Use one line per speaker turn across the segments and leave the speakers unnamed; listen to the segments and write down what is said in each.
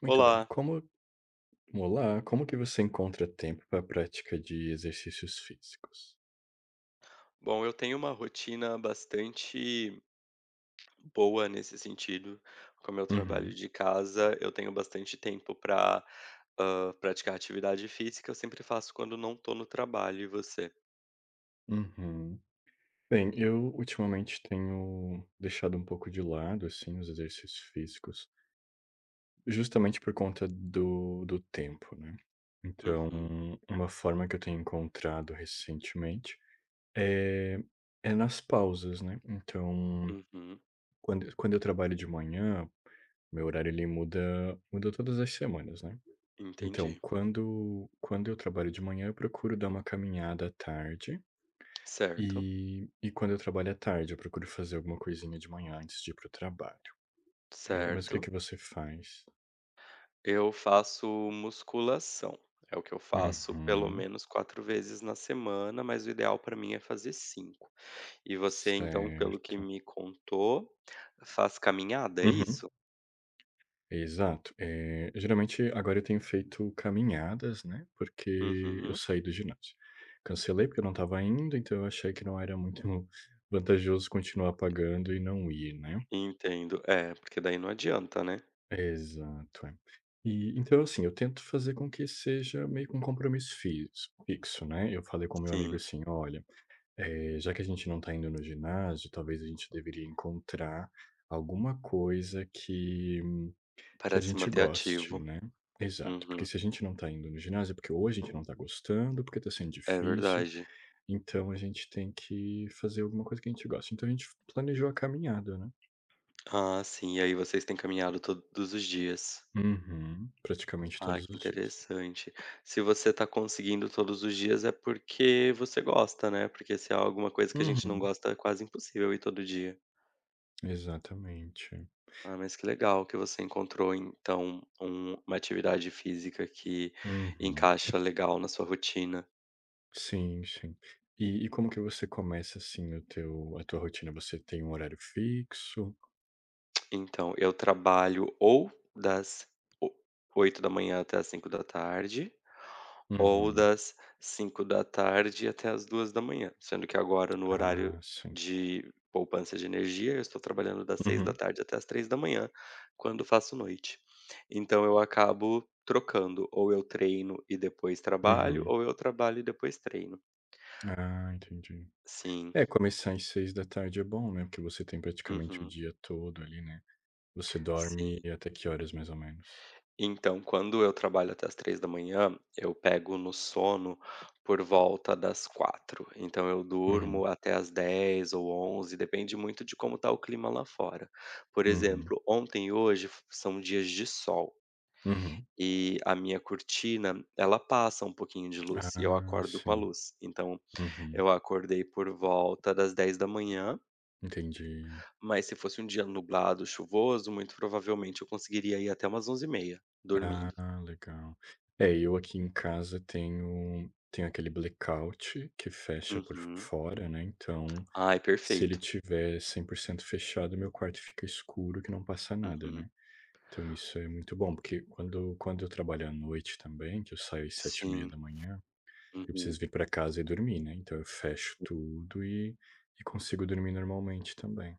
Muito bem.
Olá.
Olá, como que você encontra tempo para a prática de exercícios físicos?
Bom, eu tenho uma rotina bastante boa nesse sentido. Como eu trabalho
Uhum,
de casa, eu tenho bastante tempo para praticar atividade física. Eu sempre faço quando não tô no trabalho. E você?
uhum. Bem, eu ultimamente tenho deixado um pouco de lado, assim, os exercícios físicos, justamente por conta do tempo, né? Então,
Uhum,
uma forma que eu tenho encontrado recentemente é, é nas pausas, né? Então,
uhum.
quando eu trabalho de manhã, meu horário ele muda, todas as semanas, né? Então,
Entendi.
quando eu trabalho de manhã, eu procuro dar uma caminhada à tarde.
Certo,
E quando eu trabalho à tarde, eu procuro fazer alguma coisinha de manhã antes de ir para o trabalho. Mas o que é
certo.
que você faz?
Eu faço musculação. É o que eu faço pelo
Uhum.
menos 4 vezes na semana, mas o ideal para mim é fazer 5. E você então, pelo que
Certo.
me contou, faz caminhada, é
Uhum.
isso?
Exato. Geralmente, agora eu tenho feito caminhadas, né, porque eu
Uhum,
saí do ginásio. Cancelei porque eu não estava indo, então eu achei que não era muito vantajoso continuar pagando e não ir, né.
entendo. É, porque daí não adianta, né.
Exato, é. E então, assim, eu tento fazer com que seja meio que um compromisso fis fixo, né. Eu falei com meu amigo
Sim,
assim: "Olha, já que a gente não tá indo no ginásio, talvez a gente deveria encontrar alguma coisa que a
para se
gente
manter
goste,
ativo.
né". Exato, porque
Uhum,
se a gente não tá indo no ginásio é porque ou a gente não tá gostando, porque tá sendo
é
difícil,
verdade.
então a gente tem que fazer alguma coisa que a gente gosta. Então a gente planejou a caminhada, né.
Ah, sim, e aí vocês têm caminhado todos os dias?
Uhum. Praticamente
Ah,
todos
que
os dias.
interessante. Se você está conseguindo todos os dias é porque você gosta, né? Porque se é alguma coisa que a gente não
Uhum.
gosta, é quase impossível ir todo dia.
Exatamente.
Ah, mas que legal que você encontrou então uma atividade física que
Uhum.
encaixa legal na sua rotina.
Sim, sim. E como que você começa, assim, o teu a tua rotina? Você tem um horário fixo?
Então, eu trabalho ou das o- 8 da manhã até as 5 da tarde, ou
Uhum.
das cinco da tarde até as duas da manhã, sendo que agora no horário
Ah, sim.
de poupança de energia, eu estou trabalhando das seis da
Uhum,
tarde até as três da manhã, quando faço noite. Então eu acabo trocando, ou eu treino e depois trabalho,
uhum.
ou eu trabalho e depois treino.
Ah, entendi.
Sim.
É, começar às 6 da tarde é bom, né, porque você tem praticamente o
Uhum.
dia todo ali, né. Você dorme
Sim.
até que horas, mais ou menos?
Então, quando eu trabalho até as três da manhã, eu pego no sono por volta das quatro. Então eu
Uhum,
durmo até as 10 ou 11, depende muito de como tá o clima lá fora. Por
uhum,
exemplo, ontem e hoje f são dias de sol
uhum.
e a minha cortina, ela passa um pouquinho de luz e eu
Ah,
acordo com a
sim.
luz. Então
Uhum,
eu acordei por volta das dez da manhã,
entendi.
mas se fosse um dia nublado, chuvoso, muito provavelmente eu conseguiria ir até umas onze e meia dormindo.
Ah, legal. É, eu aqui em casa tenho aquele blackout que fecha por
Uhum.
fora, né, então,
Ai,
se ele
perfeito.
tiver 100% fechado, meu quarto fica escuro que não passa nada,
Uhum.
né. Então isso é muito bom, porque quando eu trabalho à noite também, que eu saio às sete e meia da
Sim.
manhã, eu preciso
Uhum.
vir para casa e dormir, né, então eu fecho tudo e consigo dormir normalmente também.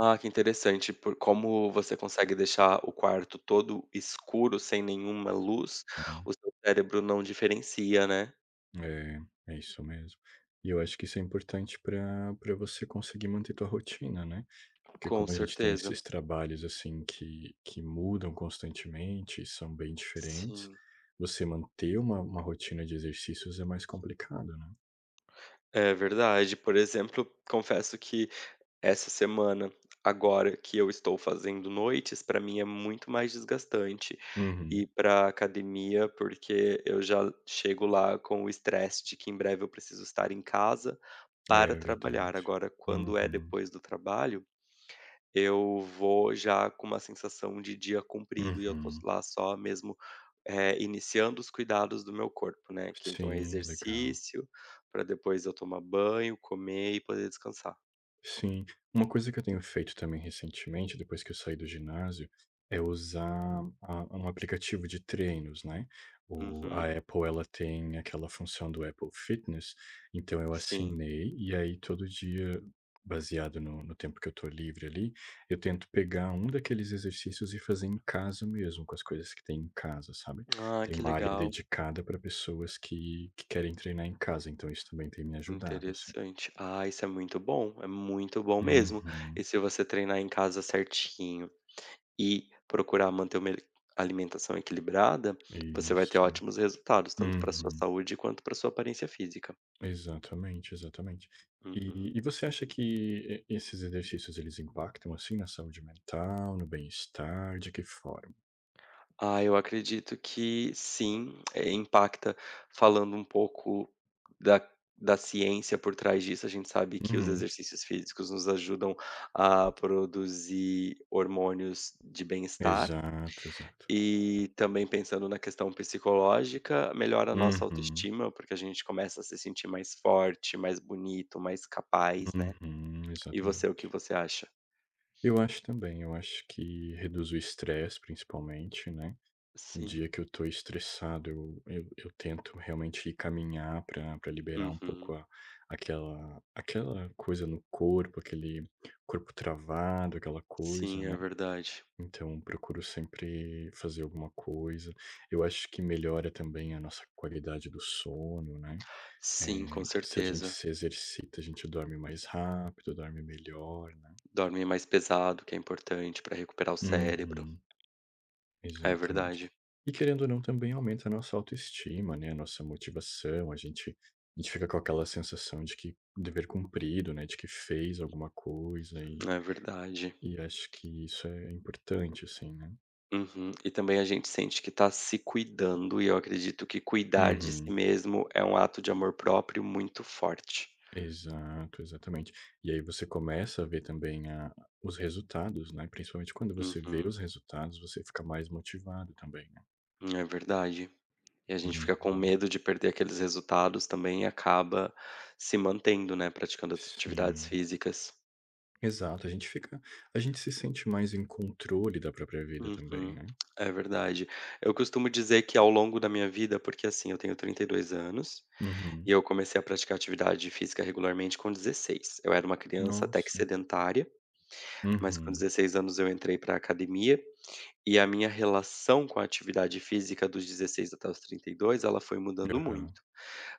Ah, que interessante, por como você consegue deixar o quarto todo escuro, sem nenhuma luz,
Uhum.
o seu cérebro não diferencia, né.
É, é isso mesmo. E eu acho que isso é importante para você conseguir manter tua rotina, né? Porque
Com
como a gente tem
certeza.
esses trabalhos assim que mudam constantemente e são bem diferentes,
Sim.
você manter uma rotina de exercícios é mais complicado, né?
É verdade. Por exemplo, confesso que essa semana, agora que eu estou fazendo noites, para mim é muito mais desgastante ir
Uhum.
para academia, porque eu já chego lá com o estresse de que em breve eu preciso estar em casa
É
para trabalhar.
verdade.
Agora, quando é
Uhum.
depois do trabalho, eu vou já com uma sensação de dia cumprido e eu tô
Uhum.
lá só mesmo, iniciando os cuidados do meu corpo, né, que então é
Sim, legal.
exercício, para depois eu tomar banho, comer e poder descansar.
Sim. Uma coisa que eu tenho feito também recentemente, depois que eu saí do ginásio, é usar a um aplicativo de treinos, né. O a
Uhum,
Apple, ela tem aquela função do Apple Fitness, então eu
sim.
assinei, e aí todo dia, baseado no tempo que eu tô livre ali, eu tento pegar um daqueles exercícios e fazer em casa mesmo, com as coisas que tem em casa, sabe.
Ah,
Tem
que
uma área
legal,
dedicada para pessoas que querem treinar em casa, então isso também tem me ajudado, assim.
interessante. Ah, isso é muito bom mesmo. E
Uhum.
se você treinar em casa certinho e procurar manter uma alimentação equilibrada, você vai ter
Isso, é.
ótimos resultados, tanto para sua
Uhum.
saúde quanto para sua aparência física.
Exatamente, exatamente. E,
Uhum.
e você acha que esses exercícios eles impactam assim na saúde mental, no bem-estar, de que forma?
Ah, eu acredito que sim, é, impacta falando um pouco da, da ciência por trás disso. A gente sabe que os
Uhum.
exercícios físicos nos ajudam a produzir hormônios de bem-estar.
Exato, exato.
E também pensando na questão psicológica, melhora a nossa
Uhum,
autoestima, porque a gente começa a se sentir mais forte, mais bonito, mais capaz, né.
uhum,
E você, o que
exatamente.
você acha?
Eu acho também, eu acho que reduz o estresse, principalmente, né? O
Sim.
dia que eu tô estressado, eu tento realmente ir caminhar para pra liberar um pouco
Uhum.
a aquela aquela coisa no corpo, aquele corpo travado, aquela coisa,
Sim, é
né.
verdade.
Então procuro sempre fazer alguma coisa. Eu acho que melhora também a nossa qualidade do sono, né.
Sim, com
Se a gente
certeza.
se exercita, a gente dorme mais rápido, dorme melhor, né.
Dorme mais pesado, que é importante para recuperar o cérebro.
Uhum.
É
Exatamente.
verdade,
E querendo ou não, também aumenta a nossa autoestima, né, a nossa motivação, a gente fica com aquela sensação de que dever cumprido, né, de que fez alguma coisa e
é verdade.
e acho que isso é importante, assim, né.
Uhum. E também a gente sente que tá se cuidando, e eu acredito que cuidar de si
Uhum.
mesmo é um ato de amor próprio muito forte.
Exato, exatamente. E aí você começa a ver também a os resultados, né, principalmente quando você vê
Uhum.
os resultados, você fica mais motivado também, né.
É verdade. E a gente
Uhum.
fica com medo de perder aqueles resultados também e acaba se mantendo, né, praticando as atividades
Sim.
físicas.
Exato, a gente se sente mais em controle da própria vida também,
Uhum.
né.
É verdade. Eu costumo dizer que ao longo da minha vida, porque assim, eu tenho 32 anos e
Uhum.
eu comecei a praticar atividade física regularmente com 16. Eu era uma criança até que
Nossa.
sedentária, mas com
Uhum.
16 anos eu entrei para a academia e a minha relação com a atividade física dos 16 até os 32, ela foi mudando
Aham.
muito.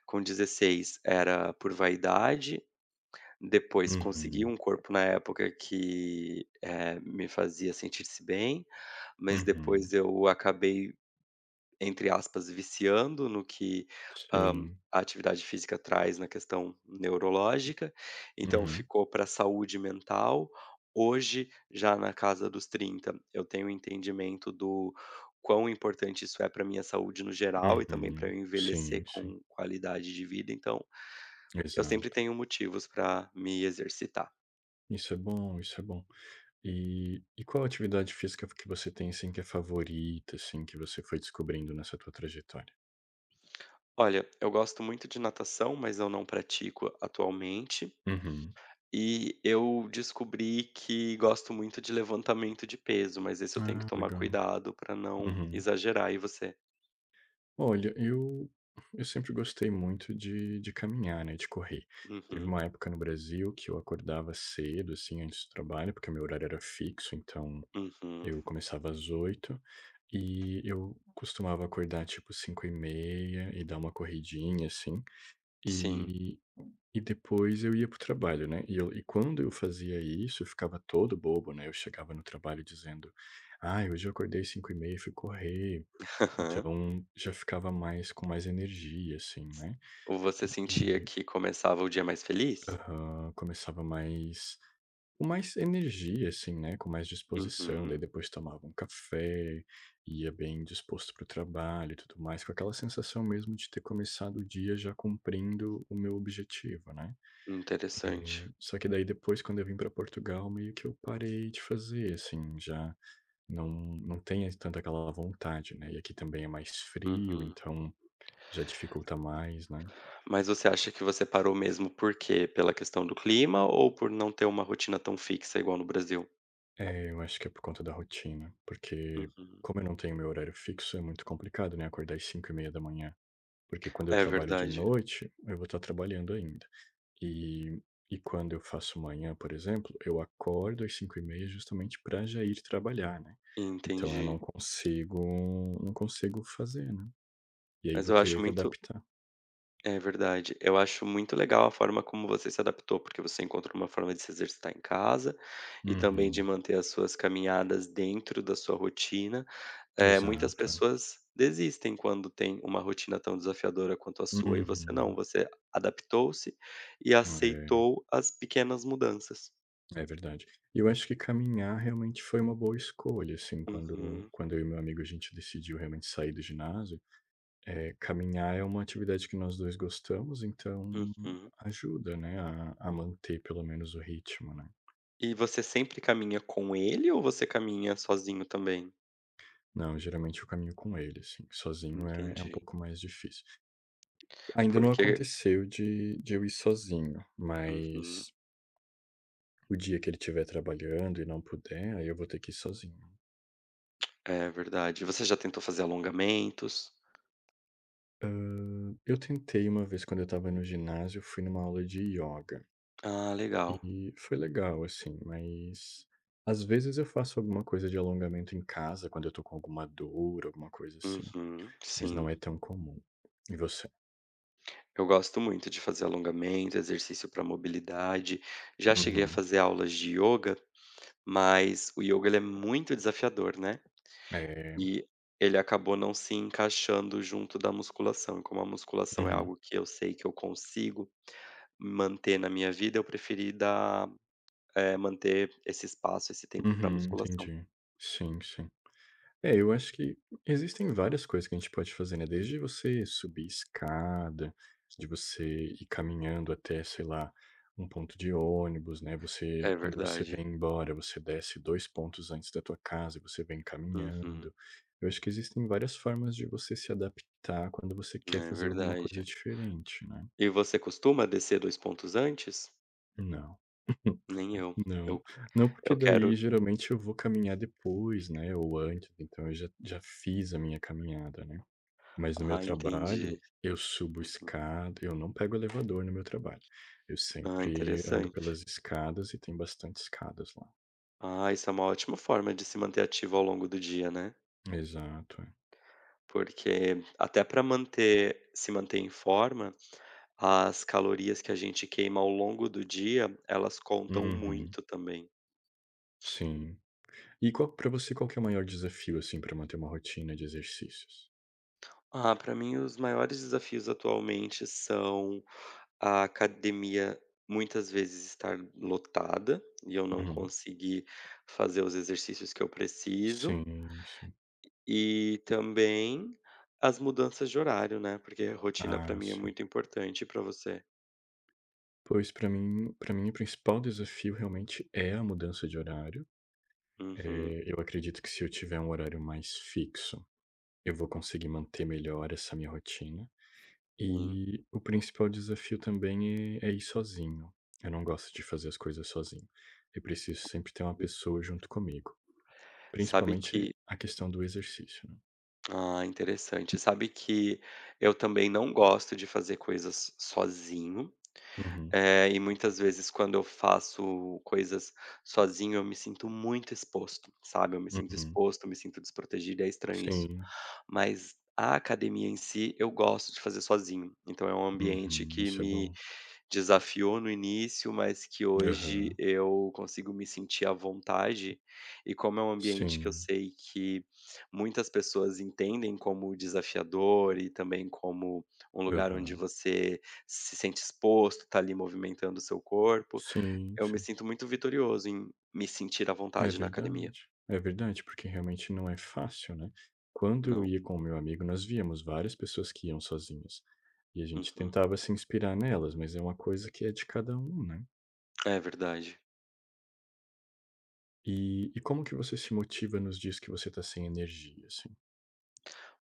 Com 16 era por vaidade, depois consegui
Uhum.
um corpo na época que, me fazia sentir-se bem, mas
Uhum.
depois eu acabei, entre aspas, "viciando" no que, hã,
Sim.
a atividade física traz na questão neurológica, então
Uhum.
ficou para a saúde mental. Hoje, já na casa dos 30 eu tenho entendimento do quão importante isso é para minha saúde no geral e também para
Uhum.
eu
Sim,
envelhecer
sim.
com qualidade de vida, então eu sempre
Exato.
tenho motivos para me exercitar.
Isso é bom, isso é bom. E qual atividade física que você tem, assim, que é favorita, assim, que você foi descobrindo nessa tua trajetória?
Olha, eu gosto muito de natação, mas eu não pratico atualmente.
Uhum.
E eu descobri que gosto muito de levantamento de peso, mas esse eu tenho que
Ah,
tomar
legal.
cuidado para não
Uhum.
exagerar. E você?
Olha, eu sempre gostei muito de caminhar, né, de correr. Teve
Uhum,
uma época no Brasil que eu acordava cedo, assim, antes do trabalho, porque meu horário era fixo, então
uhum,
eu começava às 8h e eu costumava acordar tipo 5h30 e dar uma corridinha, assim,
sim.
e e depois eu ia para o trabalho, né. E quando eu fazia isso, eu ficava todo bobo, né, eu chegava no trabalho dizendo: ah, hoje eu acordei 5h30, e fui correr.
Aham.
Então, já ficava mais com mais energia, assim, né.
Ou você sentia
E
que começava o dia mais feliz?
aham, começava mais com mais energia, assim, né, com mais disposição, daí
Uhum,
depois tomava um café, ia bem disposto para o trabalho e tudo mais, com aquela sensação mesmo de ter começado o dia já cumprindo o meu objetivo, né.
interessante.
Só que daí depois quando eu vim para Portugal, meio que eu parei de fazer, assim, já não não tem tanta aquela vontade, né. E aqui também é mais frio,
Uhum.
então já dificulta mais, né.
Mas você acha que você parou mesmo por quê? Pela questão do clima ou por não ter uma rotina tão fixa igual no Brasil?
É, eu acho que é por conta da rotina, porque
Uhum.
como eu não tenho meu horário fixo, é muito complicado, né, acordar às 5h30 da manhã, porque quando eu
É
trabalho de
verdade,
noite, eu vou estar trabalhando ainda. E e quando eu faço manhã, por exemplo, eu acordo às 5h30 justamente para já ir trabalhar, né. Então eu não
entendi.
consigo não consigo fazer, né. E aí
Mas
vou
eu acho
teria que
muito
adaptar.
é verdade. Eu acho muito legal a forma como você se adaptou, porque você encontrou uma forma de se exercitar em casa e também de
Uhum.
manter as suas caminhadas dentro da sua rotina. Muitas
Exato.
pessoas desistem quando tem uma rotina tão desafiadora quanto a sua e você não,
Uhum.
você adaptou-se e
É.
aceitou as pequenas mudanças.
É verdade. E eu acho que caminhar realmente foi uma boa escolha, assim, quando
Uhum,
quando eu e meu amigo a gente decidiu realmente sair do ginásio, caminhar é uma atividade que nós 2 gostamos, então
uhum.
ajuda, né, a manter pelo menos o ritmo, né.
E você sempre caminha com ele ou você caminha sozinho também?
Não, geralmente eu caminho com ele, assim, sozinho é um
Entendi.
pouco mais difícil. Ainda não
Porque
aconteceu de eu ir sozinho,
uhum,
mas o dia que ele estiver trabalhando e não puder, aí eu vou ter que ir sozinho.
é verdade. Você já tentou fazer alongamentos?
Eu tentei uma vez quando eu estava no ginásio, fui numa aula de ioga
Ah, legal.
e foi legal, assim, mas às vezes eu faço alguma coisa de alongamento em casa quando eu tô com alguma dor, alguma coisa assim,
Uhum,
mas
sim.
não é tão comum. E você?
Eu gosto muito de fazer alongamento, exercício para mobilidade. Já cheguei a
Uhum.
fazer aulas de yoga, mas o yoga ele é muito desafiador, né?
É.
E ele acabou não se encaixando junto da musculação. E como a musculação é
Uhum,
algo que eu sei que eu consigo manter na minha vida, eu preferi manter esse espaço, esse tempo para
uhum,
musculação.
entendi. Sim, sim. É, eu acho que existem várias coisas que a gente pode fazer, né, desde você subir escada, de você ir caminhando até, sei lá, um ponto de ônibus, né, você
É
quando você
verdade.
vem embora, você desce 2 pontos antes da tua casa e você vem
Uhum.
caminhando. Eu acho que existem várias formas de você se adaptar quando você quer
É
fazer alguma coisa
verdade.
diferente, né.
E você costuma descer 2 pontos antes?
Não,
Nem eu.
não,
Eu
não, porque
eu
daí
quero
geralmente eu vou caminhar depois, né, ou antes, então eu já já fiz a minha caminhada, né. Mas no meu
ah, entendi.
trabalho, eu subo
Uhum.
escada, eu não pego elevador no meu trabalho. Eu
Ah,
sempre ando
interessante.
pelas escadas e tem bastante escadas lá.
Ah, isso é uma ótima forma de se manter ativo ao longo do dia, né.
Exato, é.
Porque até para manter se manter em forma, as calorias que a gente queima ao longo do dia, elas contam
Uhum,
muito também.
sim. E qual para você qual que é o maior desafio assim para manter uma rotina de exercícios?
Ah, para mim os maiores desafios atualmente são a academia muitas vezes estar lotada e eu não
Uhum.
conseguir fazer os exercícios que eu preciso,
Sim, sim.
e também as mudanças de horário, né, porque a rotina para
Ah,
mim é
sim.
muito importante, para você?
Pois para mim o principal desafio realmente é a mudança de horário.
Uhum,
Eu acredito que se eu tiver um horário mais fixo, eu vou conseguir manter melhor essa minha rotina.
sim.
E o principal desafio também é ir sozinho. Eu não gosto de fazer as coisas sozinho. Eu preciso sempre ter uma pessoa junto comigo,
Sabe
principalmente
que
a questão do exercício, né.
ah, interessante. Sabe que eu também não gosto de fazer coisas sozinho.
Uhum,
É, e muitas vezes quando eu faço coisas sozinho, eu me sinto muito exposto, sabe? Eu me sinto
uhum.
exposto, eu me sinto desprotegido, é estranho isso.
Sim,
Mas a academia em si, eu gosto de fazer sozinho. Então é um ambiente
uhum,
que
isso é
me
bom.
desafiou no início, mas que hoje
Aham,
eu consigo me sentir à vontade, e como é um ambiente que eu
sim,
sei que muitas pessoas entendem como desafiador e também como um lugar onde
aham.
você se sente exposto, tá ali movimentando o seu corpo,
Sim,
eu me
sim.
sinto muito vitorioso em me sentir à vontade na academia.
É verdade, porque realmente não é fácil, né. Quando eu
Não.
ia com o meu amigo, nós víamos várias pessoas que iam sozinhas, e a gente
Uhum.
tentava se inspirar nelas, mas é uma coisa que é de cada um, né.
É verdade.
E como que você se motiva nos dias que você tá sem energia, assim?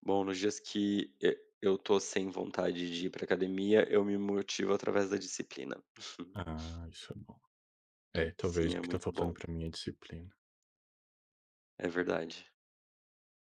Bom, nos dias que eu tô sem vontade de ir pra academia, eu me motivo através da disciplina.
Ah, isso é bom. É, talvez
Sim,
o
é
que tá
muito
faltando
bom.
pra mim é disciplina.
É verdade.